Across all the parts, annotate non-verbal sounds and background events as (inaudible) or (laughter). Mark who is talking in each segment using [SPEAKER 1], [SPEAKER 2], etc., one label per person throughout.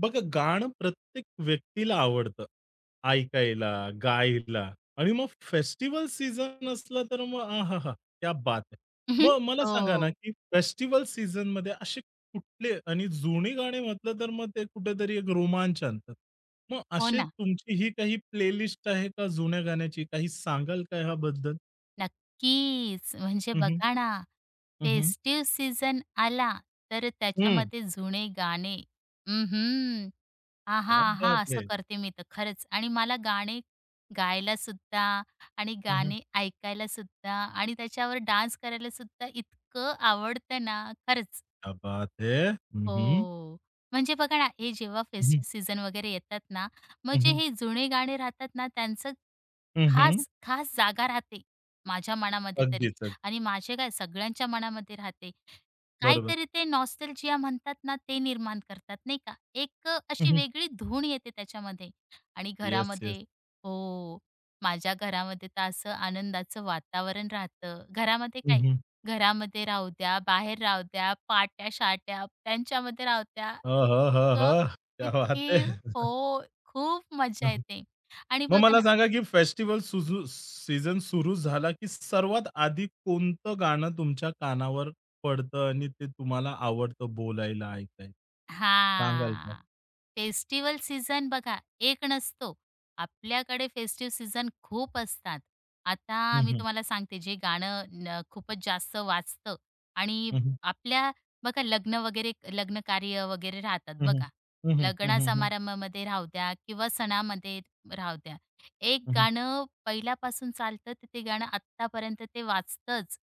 [SPEAKER 1] बघा गाणं प्रत्येक व्यक्तीला आवडतं. ऐकायला, गायला आणि मग फेस्टिव्हल सीझन असला तर मग आहाहा! क्या बात है!
[SPEAKER 2] हं, हं.
[SPEAKER 1] मग मला सांगा ना,
[SPEAKER 2] हो.
[SPEAKER 1] की फेस्टिव्हल सीझनमध्ये असे कुठले आणि जुने गाणे म्हटलं तर मग ते कुठेतरी एक रोमांच आणतात. मग
[SPEAKER 2] हो
[SPEAKER 1] असे
[SPEAKER 2] ना.
[SPEAKER 1] तुमची ही काही प्लेलिस्ट आहे का जुन्या गाण्याची? काही सांगाल का ह्याबद्दल?
[SPEAKER 2] नक्कीच. म्हणजे
[SPEAKER 1] हं, हं.
[SPEAKER 2] बघा ना,
[SPEAKER 1] हं,
[SPEAKER 2] फेस्टिव्ह सीझन आला, तर त्याच्यामध्ये जुने गाणे हं, हं. आहा!
[SPEAKER 1] क्या
[SPEAKER 2] आहा!
[SPEAKER 1] बात
[SPEAKER 2] असं
[SPEAKER 1] है!
[SPEAKER 2] करते मी तर खरंच आणि मला गाणे गायलासुद्धा आणि
[SPEAKER 1] हं,
[SPEAKER 2] गाणे ऐकायलासुद्धा आणि त्याच्यावर डान्स करायला सुद्धा इतकं आवडतं ना, खरंच.
[SPEAKER 1] क्या बात है! हं, हं.
[SPEAKER 2] हो. म्हणजे बघा ना, हे जेव्हा
[SPEAKER 1] हं, हं.
[SPEAKER 2] फेस्टिव्ह सीझन वगैरे येतात ना, मग हे जुने गाणे राहतात ना, त्यांचं खास, खास जागा राहते माझ्या मनामध्ये तरी.
[SPEAKER 1] अगदीच, अगदी.
[SPEAKER 2] आणि माझे काय, सगळ्यांच्या मनामध्ये राहते.
[SPEAKER 1] बरोबर.
[SPEAKER 2] काहीतरी ते नॉस्टॅल्जिया म्हणतात ना, ते निर्माण करतात नाही का.
[SPEAKER 1] हं,
[SPEAKER 2] अशी
[SPEAKER 1] हं.
[SPEAKER 2] वेगळी धून येते त्याच्यामध्ये आणि
[SPEAKER 1] येस, येस.
[SPEAKER 2] घरामध्ये. हो. माझ्या घरामध्ये तर असं आनंदाचं वातावरण राहतं. घरामध्ये
[SPEAKER 1] हं,
[SPEAKER 2] काय,
[SPEAKER 1] हं.
[SPEAKER 2] घरामध्ये राहू द्या, बाहेर राहू द्या, पाट्या-शाट्या त्यांच्यामध्ये राहू द्या.
[SPEAKER 1] आह, हां,
[SPEAKER 2] इतकं
[SPEAKER 1] हां, क्या बात
[SPEAKER 2] इतकी
[SPEAKER 1] है!
[SPEAKER 2] हो, खूप मजा
[SPEAKER 1] (laughs)
[SPEAKER 2] येते. आणि
[SPEAKER 1] मग
[SPEAKER 2] बघा
[SPEAKER 1] मला
[SPEAKER 2] ना.
[SPEAKER 1] सांगा, की फेस्टिव्हल सीझन सुरू झाला, की सर्वात आधी कोणतं गाणं तुमच्या कानावर पडतं आणि ते तुम्हाला आवडतं बोलायला, ऐकायला? सांगाल का?
[SPEAKER 2] हां. फेस्टिव्हल सीझन बघा, एक नसतो. आपल्याकडे फेस्टिव्ह सीझन खूप असतात. आता
[SPEAKER 1] हं,
[SPEAKER 2] मी
[SPEAKER 1] हं.
[SPEAKER 2] तुम्हाला सांगते, जे गाणं न खूपच जास्त वाजतं आणि
[SPEAKER 1] हं, हं.
[SPEAKER 2] आपल्या, बघा लग्न वगैरे, लग्न कार्य वगैरे राहतात
[SPEAKER 1] हं, हं.
[SPEAKER 2] बघा.
[SPEAKER 1] हं, हं. हं,
[SPEAKER 2] लग्न
[SPEAKER 1] हं. हं.
[SPEAKER 2] समारंभामध्ये राहू द्या किंवा सणामध्ये राहू द्या. एक
[SPEAKER 1] हं, हं.
[SPEAKER 2] गाणं पहिल्यापासून चालतं, तर ते गाणं आत्तापर्यंत ते वाजतंच.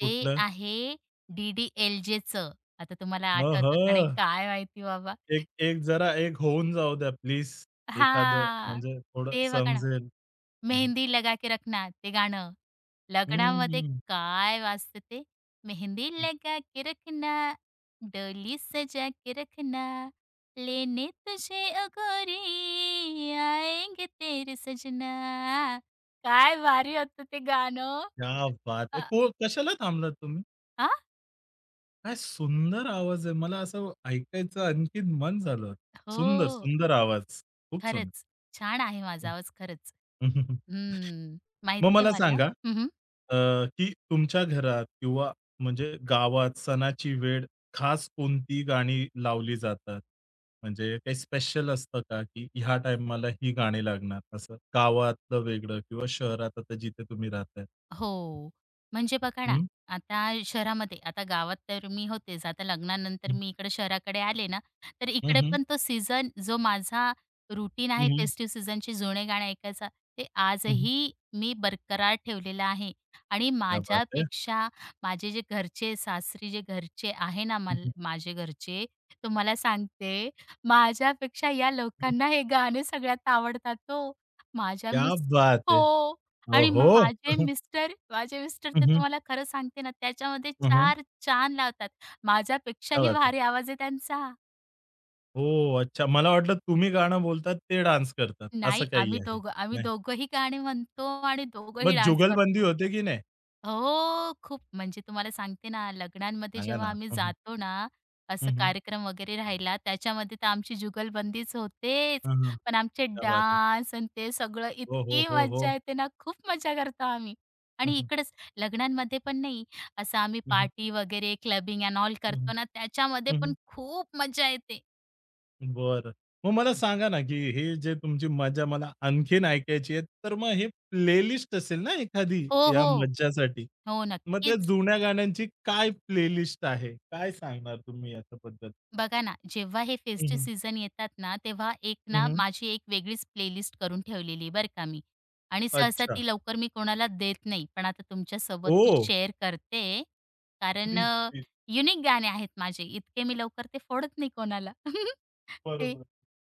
[SPEAKER 2] ते
[SPEAKER 1] कुठलं?
[SPEAKER 2] आहे डी-डी-एल-जेचं. आता तुम्हाला आठवतं का
[SPEAKER 1] अहं,
[SPEAKER 2] नाही, काय माहिती बाबा.
[SPEAKER 1] एक एक जरा एक होऊन जाऊ द्या प्लीज. एखादं
[SPEAKER 2] हां,
[SPEAKER 1] म्हणजे थोडं
[SPEAKER 2] ते बघा ना,
[SPEAKER 1] समजेल. हं, हं.
[SPEAKER 2] मेहंदी लगा के रखना ते गाणं. लग्नामध्ये
[SPEAKER 1] हं,
[SPEAKER 2] काय वाजतं ते, मेहंदी
[SPEAKER 1] हं.
[SPEAKER 2] लगा के रखना, डोली सजा के रखना, लेने तुझे ओ आएंगे तेरे सजना. काय भारी होतं ते गाणं.
[SPEAKER 1] क्या बात है!
[SPEAKER 2] अ,
[SPEAKER 1] को कशाला थांबलात तुम्ही?
[SPEAKER 2] आ?
[SPEAKER 1] काय सुंदर आवाज आहे. मला असं ऐकायचं आणखीन मन झालं. सुंदर,
[SPEAKER 2] हो,
[SPEAKER 1] सुंदर आवाज. खूप सुंदर.
[SPEAKER 2] खरंच. छान आहे माझा आवाज खरंच.
[SPEAKER 1] (laughs)
[SPEAKER 2] हं,
[SPEAKER 1] मग
[SPEAKER 2] माहिती
[SPEAKER 1] मला
[SPEAKER 2] मला.
[SPEAKER 1] सांगा, अ, की तुमच्या घरात किंवा म्हणजे गावात सणाची वेळ खास कोणती गाणी लावली जातात? म्हणजे काही स्पेशल असतं का, की ह्या टाईमाला ही गाणी लागणार असं? गावातलं वेगळं किंवा शहरात आता जिथे तुम्ही राहताय?
[SPEAKER 2] हो. म्हणजे बघा ना,
[SPEAKER 1] हं,
[SPEAKER 2] आता शहरामध्ये, आता गावात तर मी होतेच. आता लग्नानंतर
[SPEAKER 1] हं,
[SPEAKER 2] मी इकडे शहराकडे आले ना, तर
[SPEAKER 1] हं,
[SPEAKER 2] इकडे
[SPEAKER 1] हं,
[SPEAKER 2] पण तो सीझन जो माझा रुटीन आहे,
[SPEAKER 1] हं,
[SPEAKER 2] फेस्टिव्ह सीझनचे जुने गाणे ऐकायचा, ते आजही मी बरकरार ठेवलेलं आहे. आणि
[SPEAKER 1] क्या बात है!
[SPEAKER 2] माझ्यापेक्षा माझे जे घरचे, सासरी जे घरचे आहे ना,
[SPEAKER 1] हं,
[SPEAKER 2] मल
[SPEAKER 1] हं,
[SPEAKER 2] माझे घरचे, तुम्हाला सांगते, माझ्यापेक्षा या लोकांना हे गाणे सगळ्यात आवडतात हो. माझ्या
[SPEAKER 1] क्या
[SPEAKER 2] मिस,
[SPEAKER 1] बात है!
[SPEAKER 2] हो. आणि
[SPEAKER 1] ओहो!
[SPEAKER 2] माझे मिस्टर तर
[SPEAKER 1] हं, हं.
[SPEAKER 2] तुम्हाला खरं सांगते ना, त्याच्यामध्ये
[SPEAKER 1] हं, हं.
[SPEAKER 2] चार चान लावतात.
[SPEAKER 1] क्या
[SPEAKER 2] माझ्यापेक्षाही
[SPEAKER 1] बात है!
[SPEAKER 2] भारी आवाज आहे त्यांचा.
[SPEAKER 1] ओह! अच्छा. मला वाटलं तुम्ही गाणं बोलतात, ते डान्स करतात, असं
[SPEAKER 2] नाही,
[SPEAKER 1] काही
[SPEAKER 2] आम्ही
[SPEAKER 1] आहे.
[SPEAKER 2] दोघं आम्ही
[SPEAKER 1] नाही.
[SPEAKER 2] दोघंही गाणे म्हणतो आणि दोघंही
[SPEAKER 1] मग
[SPEAKER 2] डान्स
[SPEAKER 1] जुगलबंदी
[SPEAKER 2] करतो.
[SPEAKER 1] होते की नाही?
[SPEAKER 2] हो, खूप. म्हणजे तुम्हाला सांगते ना, लग्नांमध्ये
[SPEAKER 1] सांगा ना?
[SPEAKER 2] जेव्हा आम्ही
[SPEAKER 1] हं, हं.
[SPEAKER 2] जातो ना, असं
[SPEAKER 1] हं, हं.
[SPEAKER 2] कार्यक्रम वगैरे राहिला, त्याच्यामध्ये तर आमची जुगलबंदीच होतेच.
[SPEAKER 1] हं, हं.
[SPEAKER 2] पण आमचे
[SPEAKER 1] क्या बात है!
[SPEAKER 2] डान्स आणि ते सगळं,
[SPEAKER 1] हो, हो,
[SPEAKER 2] इतकी
[SPEAKER 1] हो,
[SPEAKER 2] मज्जा
[SPEAKER 1] हो.
[SPEAKER 2] येते ना, खूप मजा करतो आम्ही.
[SPEAKER 1] हं,
[SPEAKER 2] आणि
[SPEAKER 1] हं.
[SPEAKER 2] इकडंच लग्नांमध्ये पण नाही, असं आम्ही
[SPEAKER 1] हं, हं.
[SPEAKER 2] पार्टी वगैरे, क्लबिंग एंड ऑल
[SPEAKER 1] हं, हं.
[SPEAKER 2] करतो ना, त्याच्यामध्ये
[SPEAKER 1] हं,
[SPEAKER 2] पण
[SPEAKER 1] हं.
[SPEAKER 2] खूप मजा येते.
[SPEAKER 1] बरं. मग मला सांगा ना, की हे जे तुमची मजा मला आणखीन ऐकायची आहे, तर मग हे प्लेलिस्ट असेल ना एखादी
[SPEAKER 2] हो,
[SPEAKER 1] या
[SPEAKER 2] हो.
[SPEAKER 1] मज्जासाठी?
[SPEAKER 2] हो,
[SPEAKER 1] मग त्या
[SPEAKER 2] नक्कीच.
[SPEAKER 1] जुन्या गाण्यांची काय प्लेलिस्ट आहे? काय सांगणार तुम्ही याच्याबद्दल?
[SPEAKER 2] बघा ना, जेव्हा हे
[SPEAKER 1] हं,
[SPEAKER 2] फेस्टिव्ह
[SPEAKER 1] हं.
[SPEAKER 2] सीझन येतात ना, तेव्हा एक
[SPEAKER 1] हं,
[SPEAKER 2] ना,
[SPEAKER 1] हं.
[SPEAKER 2] माझी एक वेगळीच प्लेलिस्ट करून ठेवलेली आहे बरं का मी. आणि सहसा
[SPEAKER 1] अच्छा.
[SPEAKER 2] ती लवकर मी कोणाला देत नाही. पण आता तुमच्यासोबत मी
[SPEAKER 1] हो.
[SPEAKER 2] शेअर करते. कारण
[SPEAKER 1] प्लीज, प्लीज.
[SPEAKER 2] युनिक गाणे आहेत माझे. इतके मी लवकर ते फोडत नाही कोणाला. (laughs) ते
[SPEAKER 1] बरोबर.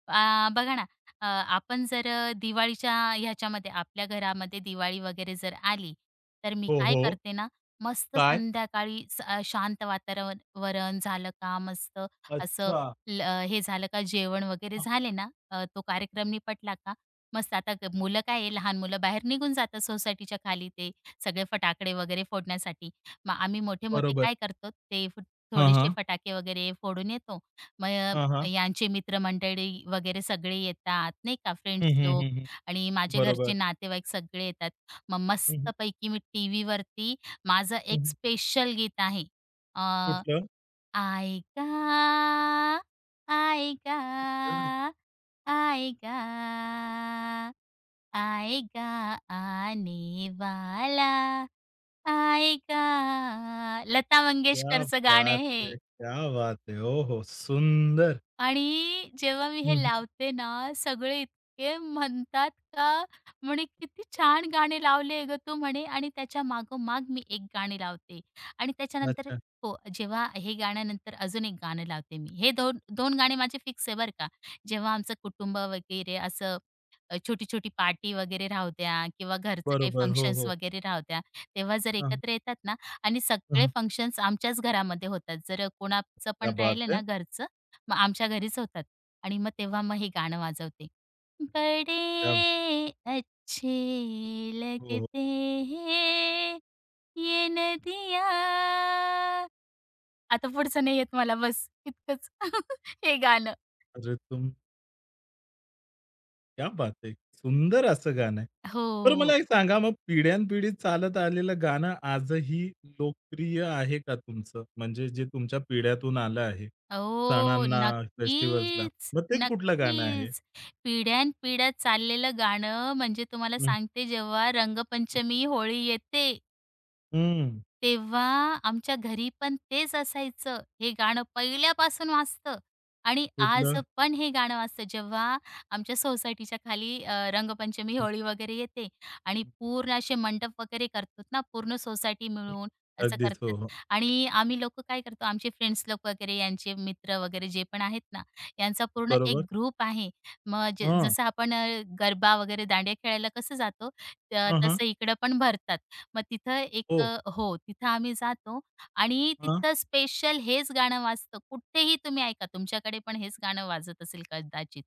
[SPEAKER 2] बघा ना, आपण जर दिवाळीच्या ह्याच्यामध्ये, आपल्या घरामध्ये दिवाळी वगैरे जर आली, तर मी
[SPEAKER 1] हो,
[SPEAKER 2] काय
[SPEAKER 1] हो.
[SPEAKER 2] करते ना, मस्त
[SPEAKER 1] काय?
[SPEAKER 2] संध्याकाळी शांत वातावरण, वरण झालं का मस्त असं,
[SPEAKER 1] अच्छा.
[SPEAKER 2] हे झालं का जेवण वगैरे
[SPEAKER 1] हां.
[SPEAKER 2] झाले ना, तो कार्यक्रम निपटला का, मस्त, आता ग मुलं काय आहे, लहान मुलं बाहेर निघून जातात सोसायटीच्या खाली ते सगळे फटाकडे वगैरे फोडण्यासाठी. मग आम्ही मोठे-मोठे
[SPEAKER 1] बरोबर.
[SPEAKER 2] काय करतो, ते फु
[SPEAKER 1] हां,
[SPEAKER 2] थोडेसे
[SPEAKER 1] हां.
[SPEAKER 2] फटाके वगैरे फोडून येतो. मग
[SPEAKER 1] हां, हां.
[SPEAKER 2] यांचे मित्रमंडळी वगैरे सगळे येतात नाही का,
[SPEAKER 1] हं,
[SPEAKER 2] फ्रेंड्स
[SPEAKER 1] हं,
[SPEAKER 2] लोक,
[SPEAKER 1] हं, हं.
[SPEAKER 2] आणि माझे घरचे
[SPEAKER 1] बरोबर.
[SPEAKER 2] नातेवाईक सगळे येतात. मग
[SPEAKER 1] हं, हं.
[SPEAKER 2] मस्तपैकी मी टीव्हीवरती, माझं
[SPEAKER 1] हं,
[SPEAKER 2] एक
[SPEAKER 1] हं.
[SPEAKER 2] स्पेशल गीत आहे. अ,
[SPEAKER 1] कुठलं?
[SPEAKER 2] आएगा, आएगा,
[SPEAKER 1] हं.
[SPEAKER 2] आएगा, आएगा, आने वाला आएगा. लता
[SPEAKER 1] क्या
[SPEAKER 2] मंगेशकरचं गाणं
[SPEAKER 1] बात
[SPEAKER 2] आहे
[SPEAKER 1] है!
[SPEAKER 2] हे.
[SPEAKER 1] क्या बात है! हो, हो. सुंदर.
[SPEAKER 2] आणि जेव्हा मी
[SPEAKER 1] हं,
[SPEAKER 2] हे
[SPEAKER 1] हं.
[SPEAKER 2] लावते ना, सगळे इतके म्हणतात का, म्हणे, "किती छान गाणे लावले गं तू" म्हणे, आणि त्याच्या मागोमाग मी एक गाणे लावते आणि त्याच्यानंतर,
[SPEAKER 1] अच्छा.
[SPEAKER 2] हो, जेव्हा हे गाण्यानंतर अजून एक गाणं लावते मी. हे 2 2 गाणे माझे फिक्स आहे बरं का. जेव्हा आमचं कुटुंब वगैरे असं, छोटी-छोटी पार्टी वगैरे राहू द्या किंवा घरचं काही
[SPEAKER 1] बरोबर. हो,
[SPEAKER 2] फंक्शन्स
[SPEAKER 1] हो.
[SPEAKER 2] वगैरे राहू द्या. तेव्हा जर
[SPEAKER 1] हां,
[SPEAKER 2] एकत्र येतात ना, आणि सगळे
[SPEAKER 1] हां.
[SPEAKER 2] फंक्शन्स आमच्याच घरामध्ये होतात. जर कोणाचं
[SPEAKER 1] क्या
[SPEAKER 2] पण
[SPEAKER 1] बात
[SPEAKER 2] राहिलं
[SPEAKER 1] है!
[SPEAKER 2] ना घरचं, मग आमच्या घरीच होतात आणि मग तेव्हा मग हे गाणं वाजवते.
[SPEAKER 1] क्या
[SPEAKER 2] बडे अच्छे
[SPEAKER 1] हो, हो.
[SPEAKER 2] लगते हैं ये नदियाँ. आता पुढचं नाही येत मला, बस इतकंच (laughs) हे गाणं.
[SPEAKER 1] अरे तुम क्या बात है! सुंदर असं गाणं आहे. बरं मला
[SPEAKER 2] हो.
[SPEAKER 1] एक सांगा मग पिढ्यानपिढी चालत आलेलं गाणं आजही लोकप्रिय आहे का तुमचं? म्हणजे जे तुमच्या पिढ्यातून आलं आहे,
[SPEAKER 2] हो,
[SPEAKER 1] सणांना, फेस्टिव्हल्सला.
[SPEAKER 2] नक्कीच.
[SPEAKER 1] मग ते कुठलं गाणं आहे?
[SPEAKER 2] नक्कीच. पिढ्यानपिढ्या चाललेलं गाणं म्हणजे तुम्हाला
[SPEAKER 1] हं,
[SPEAKER 2] सांगते, जेव्हा रंगपंचमी, होळी येते,
[SPEAKER 1] हं.
[SPEAKER 2] तेव्हा आमच्या घरी पण तेच असायचं. हे गाणं पहिल्यापासून वाजतं आणि आज
[SPEAKER 1] कुठलं?
[SPEAKER 2] पण हे गाणं वाजतं. जेव्हा आमच्या सोसायटीच्या खाली रंगपंचमी,
[SPEAKER 1] हं,
[SPEAKER 2] होळी वगैरे येते आणि
[SPEAKER 1] हं,
[SPEAKER 2] पूर्ण असे मंडप वगैरे करतो ना, पूर्ण सोसायटी मिळून असं
[SPEAKER 1] अगदीच. हो,
[SPEAKER 2] करतात.
[SPEAKER 1] हो.
[SPEAKER 2] आणि आम्ही लोकं काय करतो, आमचे फ्रेंड्स लोक वगैरे, यांचे मित्र वगैरे जे पण आहेत ना, यांचा पूर्ण एक
[SPEAKER 1] बरोबर.
[SPEAKER 2] ग्रुप आहे. मग
[SPEAKER 1] हां.
[SPEAKER 2] जसं आपण, गरबा वगैरे, दांडिया खेळायला कसं जातो,
[SPEAKER 1] हां, हां.
[SPEAKER 2] तसं इकडं पण भरतात. मग तिथं एक
[SPEAKER 1] हो.
[SPEAKER 2] हो, तिथं आम्ही जातो आणि
[SPEAKER 1] हां.
[SPEAKER 2] तिथं स्पेशल हेच गाणं वाजतं. कुठेही तुम्ही ऐका, तुमच्याकडे पण हेच गाणं वाजत असेल कदाचित.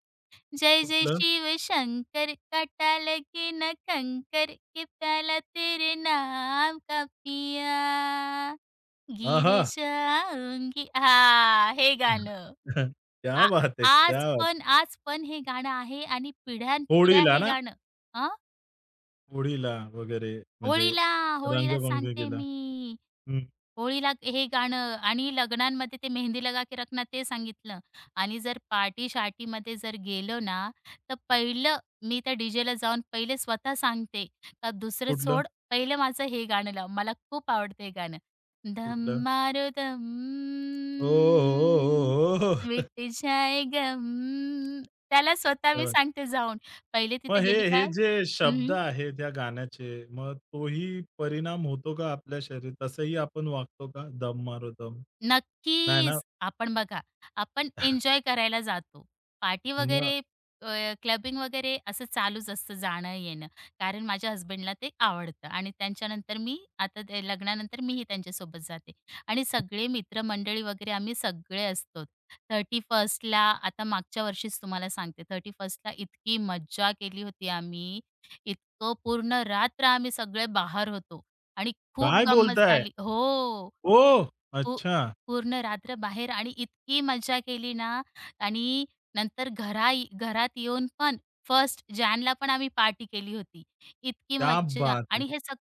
[SPEAKER 2] जय जय
[SPEAKER 1] कुठलं?
[SPEAKER 2] शिव शंकर, काटा लगे ना कंकर, ये प्याला तेरे नाम का पिया,
[SPEAKER 1] आहा!
[SPEAKER 2] गिर जाऊंगी. हां, हे
[SPEAKER 1] (laughs)
[SPEAKER 2] गाणं.
[SPEAKER 1] क्या
[SPEAKER 2] आ
[SPEAKER 1] बात है! क्या बात है!
[SPEAKER 2] आज पण हे गाणं आहे आणि पिढ्यानपिढ्या
[SPEAKER 1] होळीला
[SPEAKER 2] हे
[SPEAKER 1] ना?
[SPEAKER 2] गाणं. अ,
[SPEAKER 1] होळीला वगैरे म्हणजे
[SPEAKER 2] होळीला, होळीला
[SPEAKER 1] रंगबंग
[SPEAKER 2] सांगते
[SPEAKER 1] केला.
[SPEAKER 2] मी. होळीला हे गाणं आणि लग्नांमध्ये ते मेहंदी लगा के रखना ते सांगितलं. आणि जर पार्टी-शार्टीमध्ये जर गेलो ना, तर पहिलं मी त्या डीजेला जाऊन पहिले स्वतः सांगते, का दुसरं
[SPEAKER 1] कुठलं?
[SPEAKER 2] सोड, पहिलं माझं हे गाणं लाव. मला खूप आवडतं हे गाणं.
[SPEAKER 1] कुठलं?
[SPEAKER 2] धम धम,
[SPEAKER 1] ओ हो, हो, हो.
[SPEAKER 2] मिट जाए गम. त्याला स्वतः मी
[SPEAKER 1] क्या (laughs)
[SPEAKER 2] सांगते जाऊन. पहिले
[SPEAKER 1] मग
[SPEAKER 2] तिथे
[SPEAKER 1] हे
[SPEAKER 2] गेली
[SPEAKER 1] हे
[SPEAKER 2] का,
[SPEAKER 1] जे शब्द आहेत या गाण्याचे, मग तोही परिणाम होतो का आपल्या शरीर तसंही आपण वागतो का? दम मारो दम? नाही ना?
[SPEAKER 2] नक्कीच. आपण बघा, आपण एन्जॉय करायला जातो. पार्टी
[SPEAKER 1] मग
[SPEAKER 2] वगैरे, अ, क्लबिंग वगैरे असं चालूच असतं जाणं-येणं. कारण माझ्या हसबंडला ते आवडतं आणि त्यांच्यानंतर मी आता ते, लग्नानंतर मीही त्यांच्यासोबत जाते आणि सगळे मित्रमंडळी वगैरे आम्ही सगळे असतो. 31st ला आता मागच्या वर्षीच तुम्हाला सांगते 31st ला इतकी मज्जा केली होती आम्ही. इतकं पूर्ण रात्र आम्ही सगळे बाहेर होतो आणि खूप
[SPEAKER 1] काय
[SPEAKER 2] गंमत
[SPEAKER 1] बोलताय?
[SPEAKER 2] झाली. हो.
[SPEAKER 1] ओ
[SPEAKER 2] पू
[SPEAKER 1] अच्छा.
[SPEAKER 2] पूर्ण रात्र बाहेर आणि इतकी मजा केली ना, आणि नंतर घरात येऊन पण, फर्स्ट जॅनला पण आम्ही पार्टी केली होती. इतकी
[SPEAKER 1] क्या
[SPEAKER 2] मज्जा
[SPEAKER 1] बात है!
[SPEAKER 2] आणि हे सग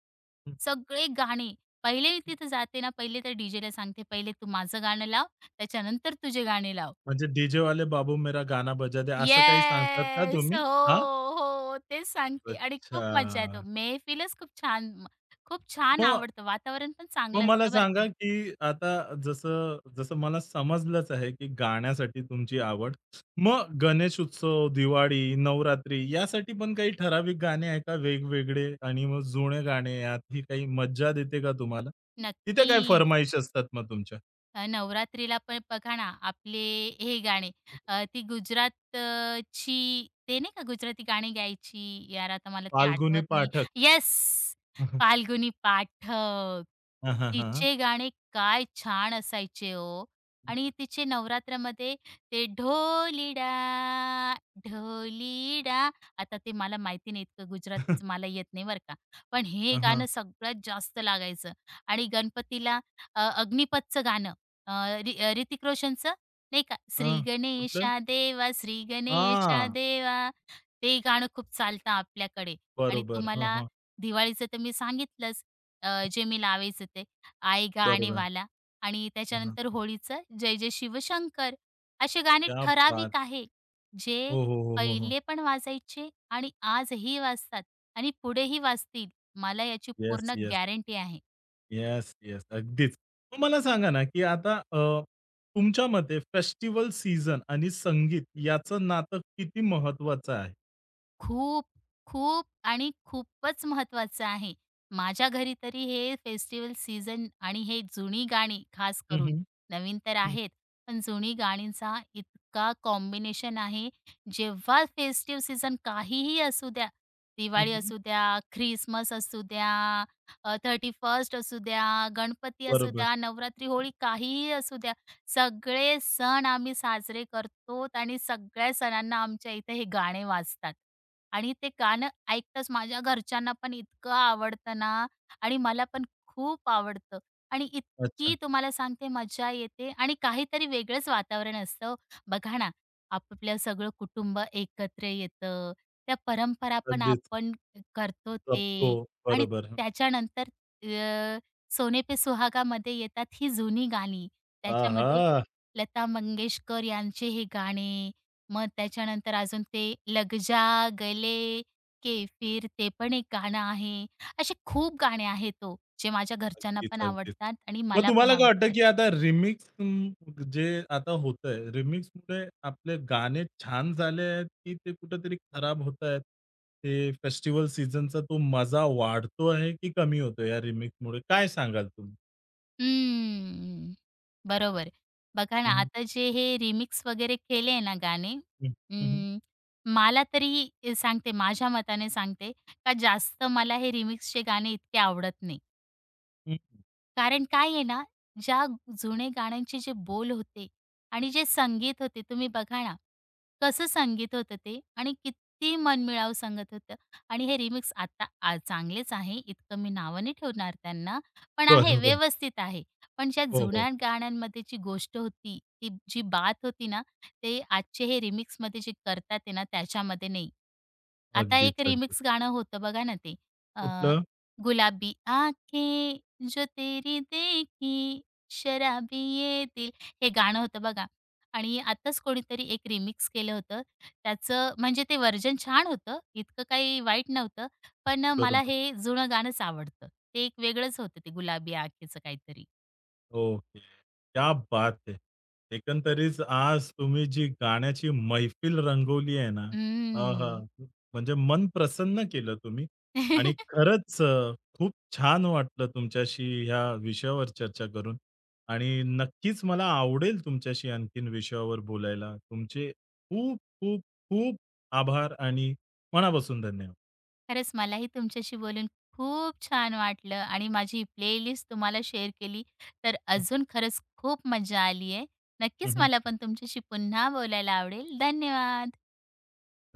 [SPEAKER 1] हं.
[SPEAKER 2] सगळे गाणे, पहिले मी तिथे जाते ना, पहिले तर डीजेला सांगते, "पहिले तू माझं गाणं लाव, त्याच्यानंतर तुझे गाणे लाव."
[SPEAKER 1] म्हणजे डीजे वाले बाबू मेरा गाना बजा दे असं काही सांगतात का
[SPEAKER 2] येस.
[SPEAKER 1] तुम्ही?
[SPEAKER 2] हो,
[SPEAKER 1] हां?
[SPEAKER 2] हो. तेच सांगते आणि खूप मजा येतो.
[SPEAKER 1] अच्छा.
[SPEAKER 2] मेहफिलच खूप छान, खूप छान
[SPEAKER 1] मग
[SPEAKER 2] आवडतं. वातावरण पण
[SPEAKER 1] मग
[SPEAKER 2] चांगलं
[SPEAKER 1] मला
[SPEAKER 2] असतं बरं
[SPEAKER 1] सांगा,
[SPEAKER 2] का.
[SPEAKER 1] की आता जसं जसं मला समजलंच आहे, की गाण्यासाठी तुमची आवड. मग गणेश उत्सव, दिवाळी, नवरात्री यासाठी पण काही ठराविक गाणे आहे का वेगवेगळे आणि मग जुने गाणे यातही काही मज्जा देते का तुम्हाला? तिथे काय
[SPEAKER 2] नक्कीच.
[SPEAKER 1] फर्माईश असतात मग तुमच्या?
[SPEAKER 2] अ, नवरात्रीला पण बघा ना, आपले हे गाणे, ती ची ते नाही का गुजराती गाणी गायची. यार आता मला ते
[SPEAKER 1] फाल्गुनी
[SPEAKER 2] आठवत नाही.
[SPEAKER 1] पाठक.
[SPEAKER 2] येस!
[SPEAKER 1] (laughs)
[SPEAKER 2] फाल्गुनी पाठक.
[SPEAKER 1] हां, हां, हां.
[SPEAKER 2] तिचे गाणे काय छान असायचे हो. आणि तिचे नवरात्रामध्ये ते ढोलीडा, आता ते मला माहिती नाही, इतकं गुजरातीचं मला येत नाही बरं का. पण हे
[SPEAKER 1] हां, हां. हां.
[SPEAKER 2] गाणं
[SPEAKER 1] (laughs)
[SPEAKER 2] सगळ्यात जास्त लागायचं. आणि गणपतीला अग्निपथचं गाणं, अ, ऋतिक रोशनचं नाही का, श्री
[SPEAKER 1] कुठलं?
[SPEAKER 2] गणेशा देवा, श्री गणेशा
[SPEAKER 1] हां.
[SPEAKER 2] देवा. ते गाणं खूप चालतं आपल्याकडे. आणि
[SPEAKER 1] बरोबर. हां,
[SPEAKER 2] तुम्हाला
[SPEAKER 1] हां.
[SPEAKER 2] दिवाळीचं तर मी सांगितलंच, जे मी लावायचं ते, आई
[SPEAKER 1] बरोबर.
[SPEAKER 2] गाणेवाला, आणि
[SPEAKER 1] हां, हां.
[SPEAKER 2] त्याच्यानंतर होळीचं जय जय शिवशंकर. असे गाणे
[SPEAKER 1] क्या बात!
[SPEAKER 2] ठराविक आहे, जे
[SPEAKER 1] हो, हो, हो, हो, हो.
[SPEAKER 2] पहिले पण वाजायचे आणि आजही वाजतात आणि पुढेही वाजतील. मला याची
[SPEAKER 1] येस,
[SPEAKER 2] पूर्ण
[SPEAKER 1] येस.
[SPEAKER 2] गॅरंटी आहे.
[SPEAKER 1] Yes, yes. अगदीच. मग मला सांगा ना, की आता तुमच्या मते फेस्टिवल सीझन आणि संगीत याचं नातं किती महत्वाचं आहे?
[SPEAKER 2] खूप, खूप आणि खूपच महत्त्वाचं आहे. माझ्या घरी तरी हे फेस्टिवल सीझन आणि हे जुनी गाणी खास
[SPEAKER 1] हं,
[SPEAKER 2] करून,
[SPEAKER 1] हं.
[SPEAKER 2] नवीन तर
[SPEAKER 1] हं,
[SPEAKER 2] आहेत, पण जुनी गाणींचा इतका कॉम्बिनेशन आहे. जेव्हा फेस्टिव्ह सीझन काहीही असू द्या, दिवाळी
[SPEAKER 1] हं,
[SPEAKER 2] असू द्या, ख्रिसमस असू द्या, 31st असू द्या, गणपती असू
[SPEAKER 1] बरोबर.
[SPEAKER 2] द्या, नवरात्री, होळी काहीही असू द्या, सगळे सण आम्ही साजरे करतो आणि सगळ्या सणांना आमच्या इथे हे गाणे वाजतात. आणि ते गाणं ऐकताच माझ्या घरच्यांना पण इतकं आवडतं ना, आणि मला पण खूप आवडतं आणि इतकी
[SPEAKER 1] अच्छा.
[SPEAKER 2] तुम्हाला सांगते मजा येते आणि काहीतरी वेगळंच वातावरण असतं हो. बघा ना, आपलं सगळं कुटुंब एकत्र येतं, त्या परंपरा पण
[SPEAKER 1] अगदीच
[SPEAKER 2] आपण करतो ते.
[SPEAKER 1] जपतो.
[SPEAKER 2] आणि
[SPEAKER 1] बरोबर. हं.
[SPEAKER 2] त्याच्यानंतर अ, सोने पे सुहागामध्ये येतात ही जुनी गाणी. त्याच्यामध्ये
[SPEAKER 1] आहा!
[SPEAKER 2] लता मंगेशकर यांचे हे गाणे, मग त्याच्यानंतर अजून ते लग जा गले के फिर, ते पण एक गाणं आहे. असे खूप गाणे आहेत तो, जे माझ्या घरच्यांना
[SPEAKER 1] अगदीच,
[SPEAKER 2] पण
[SPEAKER 1] अगदीच.
[SPEAKER 2] आवडतात आणि
[SPEAKER 1] मग
[SPEAKER 2] मला पण
[SPEAKER 1] तुम्हाला काय वाटतं,
[SPEAKER 2] आवडतात.
[SPEAKER 1] की आता रिमिक्स जे आता होतंय, रिमिक्समुळे आपले गाणे छान झाले आहेत, की ते कुठेतरी खराब होतायत? ते फेस्टिव्हल सीझनचा तो मजा वाढतो आहे, की कमी होतो या रिमिक्समुळे? काय सांगाल तुम्ही?
[SPEAKER 2] हम्म, बरोबर. बघा ना,
[SPEAKER 1] हं,
[SPEAKER 2] आता जे हे रिमिक्स वगैरे केले ना गाणे,
[SPEAKER 1] हं, हं, हं,
[SPEAKER 2] अं, मला तरी सांगते, माझ्या मताने सांगते, का जास्त मला हे रिमिक्सचे गाणे इतके आवडत नाही.
[SPEAKER 1] हं.
[SPEAKER 2] कारण काय आहे ना, ज्या जुने गाण्यांचे जे बोल होते आणि जे संगीत होते, तुम्ही बघा ना, कसं संगीत होतं ते आणि किती मनमिळावू सांगत होतं. आणि हे रिमिक्स आता चांगलेच आहे, इतकं मी नावं नाही ठेवणार त्यांना, पण आहे,
[SPEAKER 1] बरोबर.
[SPEAKER 2] व्यवस्थित आहे. पण ज्या
[SPEAKER 1] हो, हो.
[SPEAKER 2] जुन्या गाण्यांमध्ये जी गोष्ट होती, ती जी बात होती ना, ते आजचे हे रिमिक्समध्ये जे करतात आहे ना, त्याच्यामध्ये नाही. आता
[SPEAKER 1] अगदीच,
[SPEAKER 2] एक
[SPEAKER 1] अगदीच.
[SPEAKER 2] रिमिक्स गाणं होतं बघा ना ते, अ,
[SPEAKER 1] कुठलं?
[SPEAKER 2] गुलाबी आँखें जो तेरी देखी शराबी येतील, हे गाणं होतं बघा. आणि आताच कोणीतरी एक रिमिक्स केलं होतं त्याचं, म्हणजे ते व्हर्जन छान होतं, इतकं काही वाईट नव्हतं, पण मला
[SPEAKER 1] बरोबर.
[SPEAKER 2] हे जुनं गाणंच आवडतं. ते एक वेगळंच होतं, ते गुलाबी आखेचं काहीतरी.
[SPEAKER 1] ओके. क्या बात है! एकंदरीत आज तुम्ही जी गाण्याची मैफिल रंगवली आहे ना, आहा!
[SPEAKER 2] हम्म.
[SPEAKER 1] म्हणजे मन प्रसन्न केलं तुम्ही आणि
[SPEAKER 2] (laughs)
[SPEAKER 1] खरंच खूप छान वाटलं तुमच्याशी ह्या विषयावर चर्चा करून आणि नक्कीच मला आवडेल तुमच्याशी आणखीन विषयावर बोलायला. तुमचे खूप, खूप, खूप आभार आणि मनापासून धन्यवाद.
[SPEAKER 2] खरंच मलाही तुमच्याशी बोलून खूप छान वाटलं आणि माझी प्लेलिस्ट तुम्हाला शेअर केली तर अजून खरंच खूप मजा आली आहे. नक्कीच
[SPEAKER 1] हं,
[SPEAKER 2] मला पण तुमच्याशी पुन्हा बोलायला आवडेल. धन्यवाद.